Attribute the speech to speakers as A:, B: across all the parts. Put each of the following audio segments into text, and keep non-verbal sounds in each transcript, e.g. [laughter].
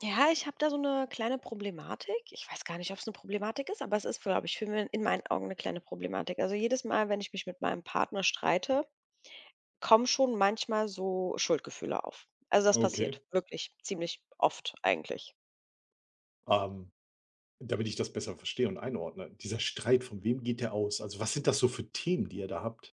A: Ja, ich habe da so eine kleine Problematik. Ich weiß gar nicht, ob es eine Problematik ist, aber es ist, glaube ich, für mich in meinen Augen eine kleine Problematik. Also, jedes Mal, wenn ich mich mit meinem Partner streite, kommen schon manchmal so Schuldgefühle auf. Also, das
B: Okay.
A: passiert wirklich ziemlich oft eigentlich.
B: Ähm, damit ich das besser verstehe und einordne, dieser Streit, von wem geht der aus? Also, was sind das so für Themen, die ihr da habt?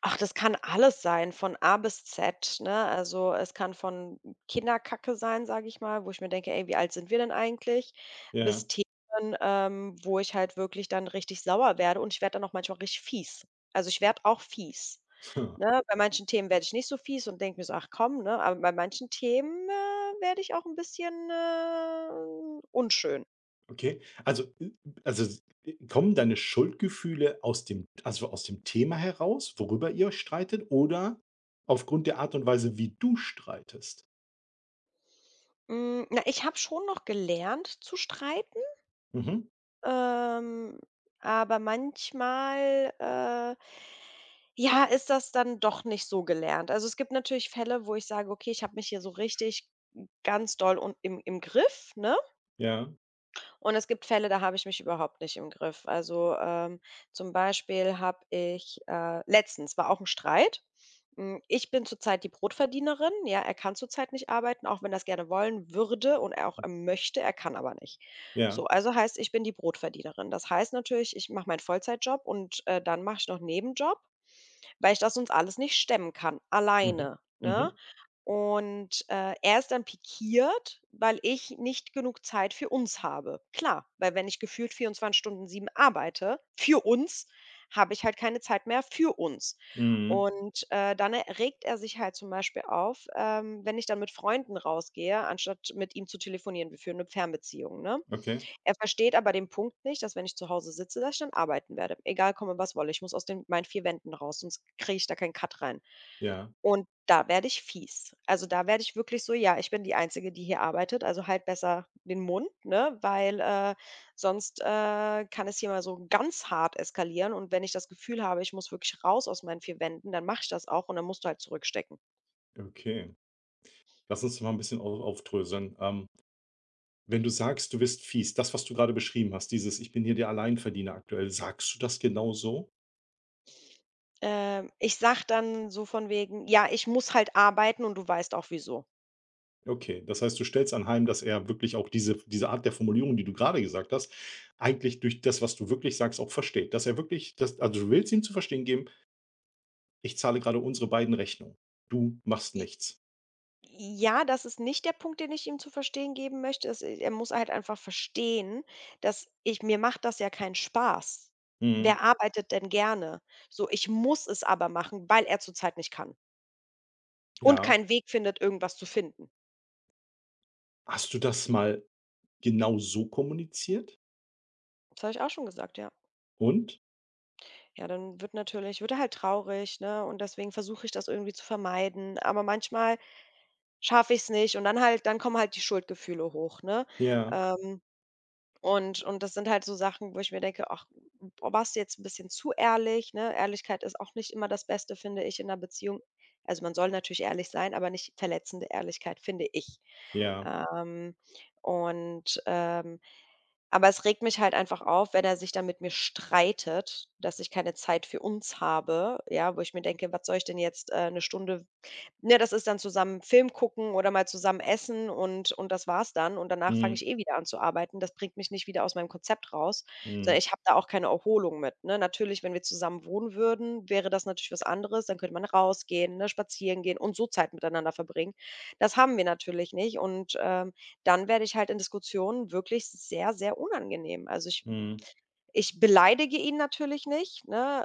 A: Ach, das kann alles sein, von A bis Z, ne? Also, es kann von Kinderkacke sein, sage ich mal, wo ich mir denke: „Ey, wie alt sind wir denn eigentlich?“ Bis
B: Ja.
A: Themen, wo ich halt wirklich dann richtig sauer werde und ich werde dann auch manchmal richtig fies. Also, ich werde auch fies,
B: Ha,
A: ne? Bei manchen Themen werde ich nicht so fies und denke mir so: „Ach komm“, ne? Aber bei manchen Themen, werde ich auch ein bisschen, unschön.
B: okay. Also, kommen deine Schuldgefühle aus dem also, aus dem Thema heraus, worüber ihr euch streitet oder aufgrund der Art und Weise, wie du streitest?
A: Hm, na, ich habe schon noch gelernt zu streiten.
B: Mhm.
A: Ähm, aber manchmal, ja, ist das dann doch nicht so gelernt. Also, es gibt natürlich Fälle, wo ich sage: „Okay, ich habe mich hier so richtig hm, ganz doll und im Griff“, ne?
B: Ja,
A: Und es gibt Fälle, da habe ich mich überhaupt nicht im Griff. Also, zum Beispiel habe ich, letztens war auch ein Streit. Hm, ich bin zurzeit die Brotverdienerin. Ja, er kann zurzeit nicht arbeiten, auch wenn er's gerne wollen würde und er auch, möchte, er kann aber nicht.
B: ja.
A: So, also heißt, ich bin die Brotverdienerin. Das heißt natürlich, ich mache meinen Vollzeitjob und, dann mache ich noch 'n Nebenjob, weil ich das sonst alles nicht stemmen kann,
B: Mhm.
A: alleine, ne?
B: Mhm.
A: Und, er ist dann pikiert, weil ich nicht genug Zeit für uns habe. Klar, weil wenn ich gefühlt 24 Stunden 7 arbeite für uns, habe ich halt keine Zeit mehr für uns.
B: Mhm.
A: Und, dann regt er sich halt zum Beispiel auf, wenn ich dann mit Freunden rausgehe, anstatt mit ihm zu telefonieren. Wir führen eine Fernbeziehung, ne?
B: Okay.
A: Er versteht aber den Punkt nicht, dass wenn ich zu Hause sitze, dass ich dann arbeiten werde. Egal komme, was wolle. Ich muss aus den meinen 4 Wänden raus, sonst kriege ich da keinen Cut rein.
B: Ja,
A: Und da werde ich fies. Also, da werde ich wirklich so: „Ja, ich bin die Einzige, die hier arbeitet, also halt besser den Mund, ne, weil, sonst, kann es hier mal so ganz hart eskalieren und wenn ich das Gefühl habe, ich muss wirklich raus aus meinen 4 Wänden, dann mache ich das auch und dann musst du halt zurückstecken.“
B: okay. Lass uns mal ein bisschen au aufdröseln. Wenn du sagst, du bist fies, das, was du gerade beschrieben hast, dieses „Ich bin hier der Alleinverdiener aktuell“, sagst du das genau so?
A: Ich sag dann so von wegen: „Ja, ich muss halt arbeiten und du weißt auch wieso.“
B: Okay, das heißt, du stellst anheim, dass er wirklich auch diese Art der Formulierung, die du gerade gesagt hast, eigentlich durch das, was du wirklich sagst, auch versteht. Dass er wirklich das also, du willst ihm zu verstehen geben: „Ich zahle gerade unsere beiden Rechnungen. Du machst
A: I
B: nichts.“
A: Ja, das ist nicht der Punkt, den ich ihm zu verstehen geben möchte. Es er muss halt einfach verstehen, dass ich mir macht das ja keinen Spaß.
B: Mhm,
A: Wer arbeitet denn gerne? So, ich muss es aber machen, weil er zurzeit nicht kann und
B: ja.
A: keinen Weg findet, irgendwas zu finden.
B: Hast du das mal genau so kommuniziert?
A: Das habe ich auch schon gesagt, ja.
B: Und?
A: Ja, dann wird er halt traurig, ne, und deswegen versuche ich das irgendwie zu vermeiden, aber manchmal schaffe ich es nicht und dann kommen halt die Schuldgefühle hoch, ne?
B: Ja,
A: Ähm und das sind halt so Sachen, wo ich mir denke: „Ach, boah, warst du jetzt ein bisschen zu ehrlich“, ne? Ehrlichkeit ist auch nicht immer das Beste, finde ich, in 'ner Beziehung. Also, man soll natürlich ehrlich sein, aber nicht verletzende Ehrlichkeit, finde ich.
B: ja.
A: Ähm, und, ähm aber es regt mich halt einfach auf, wenn er sich dann mit mir streitet, dass ich keine Zeit für uns habe, ja, wo ich mir denke: „Was soll ich denn jetzt, 'ne Stunde Ne, das ist dann zusammen Film gucken oder mal zusammen essen und das war's dann. Und danach fange
B: Mhm,
A: ich eh wieder an zu arbeiten. Das bringt mich nicht wieder aus meinem Konzept raus, sondern
B: mhm,
A: ich habe da auch keine Erholung mit, ne? Natürlich, wenn wir zusammen wohnen würden, wäre das natürlich was anderes. Dann könnte man rausgehen, ne, spazieren gehen und so Zeit miteinander verbringen. Das haben wir natürlich nicht und, dann werde ich halt in Diskussionen wirklich sehr, sehr unangenehm. Also, ich
B: mhm.
A: ich beleidige ihn natürlich nicht, ne?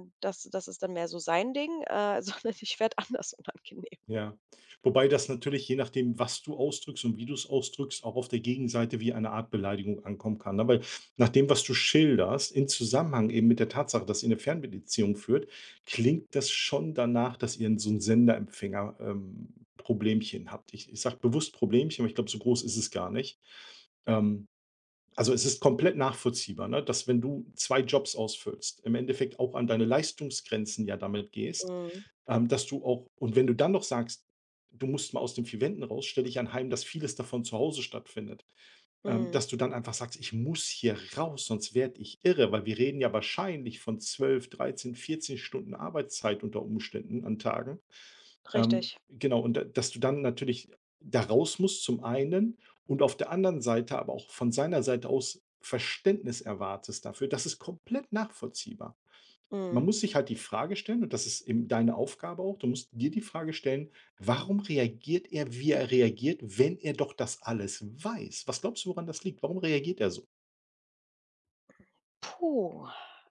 A: Das ist dann mehr so sein Ding, [laughs] sondern ich werde anders unangenehm.
B: Ja. Wobei das natürlich, je nachdem, was du ausdrückst und wie du es ausdrückst, auch auf der Gegenseite wie eine Art Beleidigung ankommen kann. Aber nach dem, was du schilderst, in Zusammenhang eben mit der Tatsache, dass ihr 'ne Fernbeziehung führt, klingt das schon danach, dass ihr so ein Senderempfänger Problemchen habt. Ich sage bewusst Problemchen, aber ich glaube, so groß ist es gar nicht. Ähm also, es ist komplett nachvollziehbar, ne, dass wenn du 2 Jobs ausfüllst, im Endeffekt auch an deine Leistungsgrenzen ja damit gehst,
A: Mhm,
B: dass du auch und wenn du dann noch sagst, du musst mal aus den 4 Wänden raus, stelle ich anheim, dass vieles davon zu Hause stattfindet,
A: mhm,
B: dass du dann einfach sagst: „Ich muss hier raus, sonst werde ich irre“, weil wir reden ja wahrscheinlich von 12, 13, 14 Stunden Arbeitszeit unter Umständen an Tagen.
A: richtig.
B: Genau, und da dass du dann natürlich da raus musst zum einen und auf der anderen Seite aber auch von seiner Seite aus Verständnis erwartest dafür. Das ist komplett nachvollziehbar. Man
A: Mhm.
B: muss sich halt die Frage stellen, und das ist eben deine Aufgabe auch, du musst dir die Frage stellen, warum reagiert er, wie er reagiert, wenn er doch das alles weiß? Was glaubst du, woran das liegt? Warum reagiert er so?
A: Puh.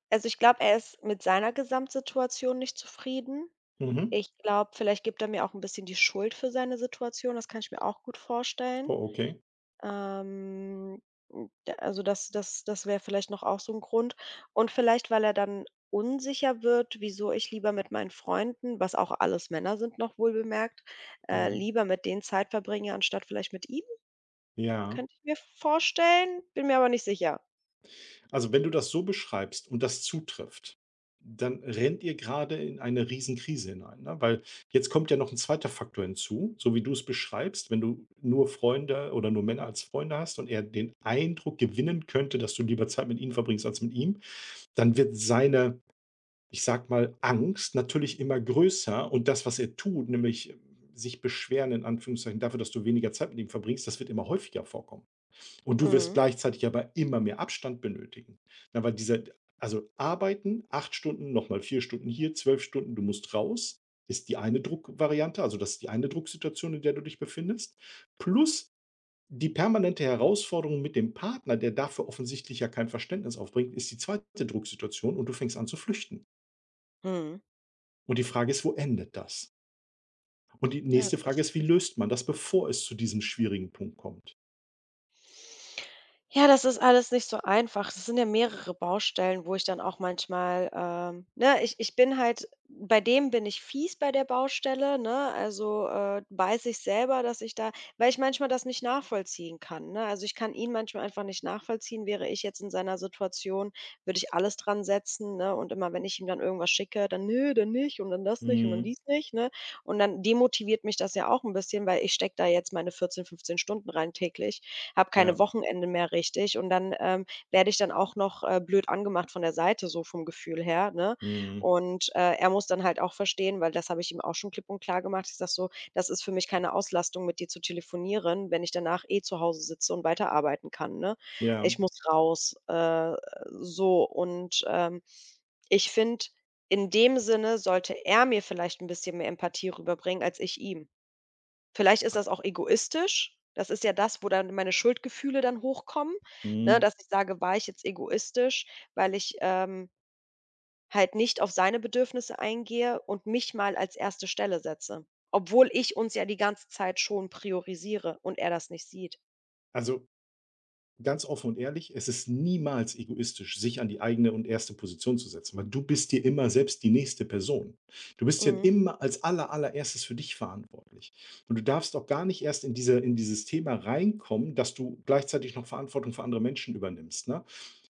A: Also, ich glaube, er ist mit seiner Gesamtsituation nicht zufrieden.
B: Mhm.
A: Ich glaube, vielleicht gibt er mir auch ein bisschen die Schuld für seine Situation. Das kann ich mir auch gut vorstellen.
B: Oh, okay.
A: Ähm, das wäre vielleicht noch auch so ein Grund. Und vielleicht, weil er dann unsicher wird, wieso ich lieber mit meinen Freunden, was auch alles Männer sind noch wohlbemerkt,
B: Ja.
A: lieber mit denen Zeit verbringe, anstatt vielleicht mit ihm,
B: Ja.
A: könnte ich mir vorstellen, bin mir aber nicht sicher.
B: Also, wenn du das so beschreibst und das zutrifft, dann rennt ihr gerade in eine Riesenkrise hinein, ne? Weil jetzt kommt ja noch ein zweiter Faktor hinzu, so wie du es beschreibst, wenn du nur Freunde oder nur Männer als Freunde hast und er den Eindruck gewinnen könnte, dass du lieber Zeit mit ihnen verbringst als mit ihm, dann wird seine, ich sag mal, Angst natürlich immer größer und das, was er tut, nämlich sich beschweren in Anführungszeichen dafür, dass du weniger Zeit mit ihm verbringst, das wird immer häufiger vorkommen. Und du wirst
A: Mhm,
B: gleichzeitig aber immer mehr Abstand benötigen. Na, weil dieser also arbeiten, 8 Stunden, noch mal 4 Stunden hier, 12 Stunden, du musst raus, ist die eine Druckvariante, also das ist die eine Drucksituation, in der du dich befindest, plus die permanente Herausforderung mit dem Partner, der dafür offensichtlich ja kein Verständnis aufbringt, ist die zweite Drucksituation und du fängst an zu flüchten.
A: mhm.
B: Und die Frage ist, wo endet das? Und die
A: Ja,
B: nächste
A: das
B: Frage ist, wie löst man das, bevor es zu diesem schwierigen Punkt kommt?
A: Ja, das ist alles nicht so einfach. Es sind ja mehrere Baustellen, wo ich dann auch manchmal, ne, ich bin halt, bei dem bin ich fies bei der Baustelle, ne? Also weiß ich selber, dass ich da, weil ich manchmal das nicht nachvollziehen kann. Ne? Also ich kann ihn manchmal einfach nicht nachvollziehen. Wäre ich jetzt in seiner Situation, würde ich alles dran setzen, ne? Und immer wenn ich ihm dann irgendwas schicke, dann nö, dann nicht und dann das nicht und dann
B: Mhm.
A: dies nicht, ne? Und dann demotiviert mich das ja auch ein bisschen, weil ich stecke da jetzt meine 14 15 Stunden rein täglich habe keine
B: Ja.
A: Wochenende mehr richtig und dann, werde ich dann auch noch, blöd angemacht von der Seite, so vom Gefühl her, ne?
B: Mhm.
A: Und, er muss dann halt auch verstehen, weil das habe ich ihm auch schon klipp und klar gemacht. Ich sage so: „Das ist für mich keine Auslastung, mit dir zu telefonieren, wenn ich danach eh zu Hause sitze und weiterarbeiten kann, ne?
B: Ja.
A: Ich muss raus.“ so und, ich finde, in dem Sinne sollte er mir vielleicht ein bisschen mehr Empathie rüberbringen als ich ihm. Vielleicht ist das auch egoistisch. Das ist ja das, wo dann meine Schuldgefühle dann hochkommen, ne,
B: Mhm.
A: dass ich sage: „War ich jetzt egoistisch, weil ich, halt nicht auf seine Bedürfnisse eingehe und mich mal als erste Stelle setze?“ Obwohl ich uns ja die ganze Zeit schon priorisiere und er das nicht sieht.
B: Also Ganz offen und ehrlich, es ist niemals egoistisch, sich an die eigene und erste Position zu setzen, weil du bist dir immer selbst die nächste Person. Du bist ja immer als aller allererstes für dich verantwortlich. Und du darfst auch gar nicht erst in dieses Thema reinkommen, dass du gleichzeitig noch Verantwortung für andere Menschen übernimmst, ne?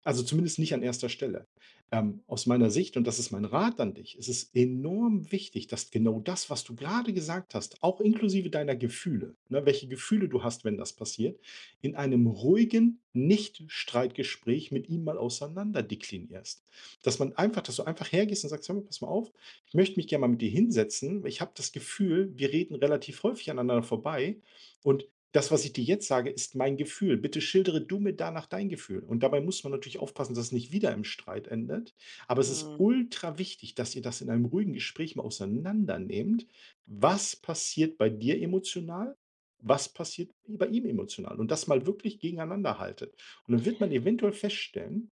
B: Also zumindest nicht an erster Stelle. Aus meiner Sicht, und das ist mein Rat an dich, ist es enorm wichtig, dass genau das, was du gerade gesagt hast, auch inklusive deiner Gefühle, ne, welche Gefühle du hast, wenn das passiert, in einem ruhigen Nicht-Streitgespräch mit ihm mal auseinander deklinierst. Dass man einfach, dass du einfach hergehst und sagst, hör mal, pass mal auf, ich möchte mich gerne mal mit dir hinsetzen. Ich habe das Gefühl, wir reden relativ häufig aneinander vorbei und das, was ich dir jetzt sage, ist mein Gefühl. Bitte schildere du mir danach dein Gefühl. Und dabei muss man natürlich aufpassen, dass es nicht wieder im Streit endet. Aber es ist
A: Mhm.
B: ultra wichtig, dass ihr das in einem ruhigen Gespräch mal auseinandernehmt. Was passiert bei dir emotional? Was passiert bei ihm emotional? Und das mal wirklich gegeneinander haltet. Und dann wird man eventuell feststellen,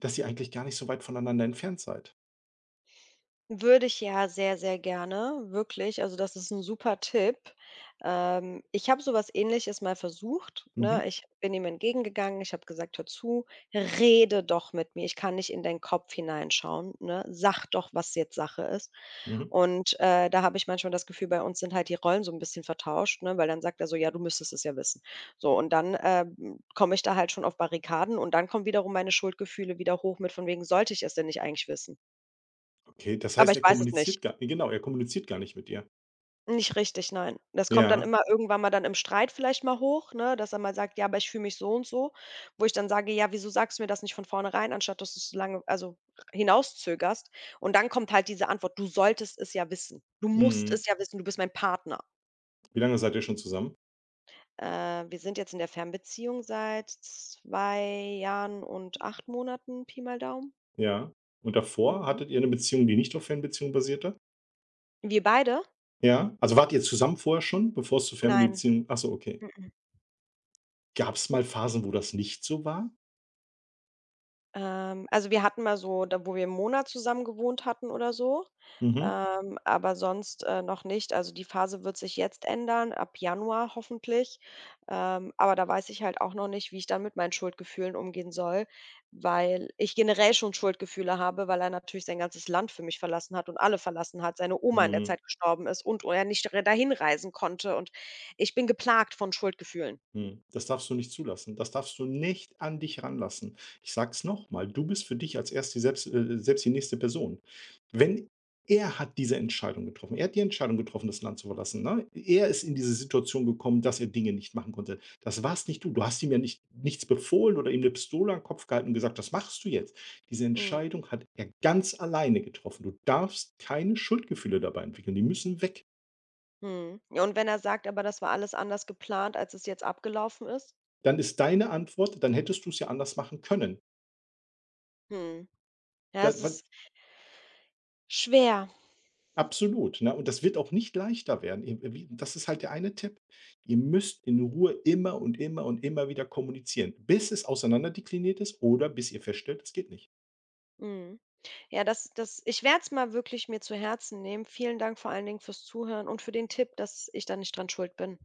B: dass ihr eigentlich gar nicht so weit voneinander entfernt seid.
A: Würde ich ja sehr, sehr gerne, wirklich. Also, das ist ein super Tipp. Ich habe sowas Ähnliches mal versucht, ne?
B: Mhm.
A: Ich bin ihm entgegengegangen. Ich habe gesagt: „Hör zu, rede doch mit mir. Ich kann nicht in deinen Kopf hineinschauen, ne? Sag doch, was jetzt Sache ist.“
B: Mhm.
A: Und, da habe ich manchmal das Gefühl, bei uns sind halt die Rollen so ein bisschen vertauscht, ne? Weil dann sagt er so: „Ja, du müsstest es ja wissen.“ So, und dann, komme ich da halt schon auf Barrikaden und dann kommen wiederum meine Schuldgefühle wieder hoch mit von wegen: „Sollte ich es denn nicht eigentlich wissen?
B: Okay, das
A: Aber
B: heißt,
A: ich
B: er
A: weiß es nicht.“
B: kommuniziert gar, genau, er kommuniziert gar nicht mit dir.
A: Nicht richtig, nein. Das kommt dann
B: Ja.
A: immer irgendwann mal dann im Streit vielleicht mal hoch, ne, dass er mal sagt: „Ja, aber ich fühle mich so und so.“ Wo ich dann sage: „Ja, wieso sagst du mir das nicht von vornherein, anstatt dass du's so lange hinauszögerst?“ Und dann kommt halt diese Antwort: „Du solltest es ja wissen. Du musst
B: Mhm.
A: es ja wissen, du bist mein Partner.“
B: Wie lange seid ihr schon zusammen?
A: Wir sind jetzt in der Fernbeziehung seit 2 Jahren und 8 Monaten, Pi mal Daumen.
B: Ja. Und davor,
A: Mhm.
B: hattet ihr eine Beziehung, die nicht auf Fernbeziehung basierte?
A: Wir beide?
B: Ja. Also, wart ihr zusammen vorher schon, bevor es zur
A: Nein.
B: Fernbeziehung ach so, okay.
A: Mm-mm.
B: Gab es mal Phasen, wo das nicht so war?
A: Also, wir hatten mal so da wo wir 'n Monat zusammen gewohnt hatten oder so,
B: Mhm.
A: aber sonst, noch nicht. Also, die Phase wird sich jetzt ändern, ab Januar hoffentlich. Aber da weiß ich halt auch noch nicht, wie ich dann mit meinen Schuldgefühlen umgehen soll, weil ich generell schon Schuldgefühle habe, weil er natürlich sein ganzes Land für mich verlassen hat und alle verlassen hat, seine Oma in der
B: Mhm.
A: Zeit gestorben ist und er nicht dahin reisen konnte und ich bin geplagt von Schuldgefühlen.
B: Mhm. Das darfst du nicht zulassen. Das darfst du nicht an dich ranlassen. Ich sag's nochmal, du bist für dich als erst die selbst, selbst die nächste Person. Wenn Er hat diese Entscheidung getroffen, er hat die Entscheidung getroffen, das Land zu verlassen. Ne? Er ist in diese Situation gekommen, dass er Dinge nicht machen konnte. Das warst nicht du. Du hast ihm ja nicht, nichts befohlen oder ihm eine Pistole an den Kopf gehalten und gesagt, das machst du jetzt. Diese
A: Mhm.
B: Entscheidung hat er ganz alleine getroffen. Du darfst keine Schuldgefühle dabei entwickeln. Die müssen weg.
A: Mhm. Ja, und wenn er sagt, aber das war alles anders geplant, als es jetzt abgelaufen ist?
B: Dann ist deine Antwort, dann hättest du es ja anders machen können.
A: Mhm. Ja,
B: Da,
A: es ist schwer.
B: Absolut, ne? Und das wird auch nicht leichter werden. Ihr wie das ist halt der eine Tipp. Ihr müsst in Ruhe immer und immer und immer wieder kommunizieren, bis es auseinander dekliniert ist oder bis ihr feststellt, es geht nicht.
A: Mhm. Ja, das das ich werde es mal wirklich mir zu Herzen nehmen. Vielen Dank vor allen Dingen fürs Zuhören und für den Tipp, dass ich da nicht dran schuld bin.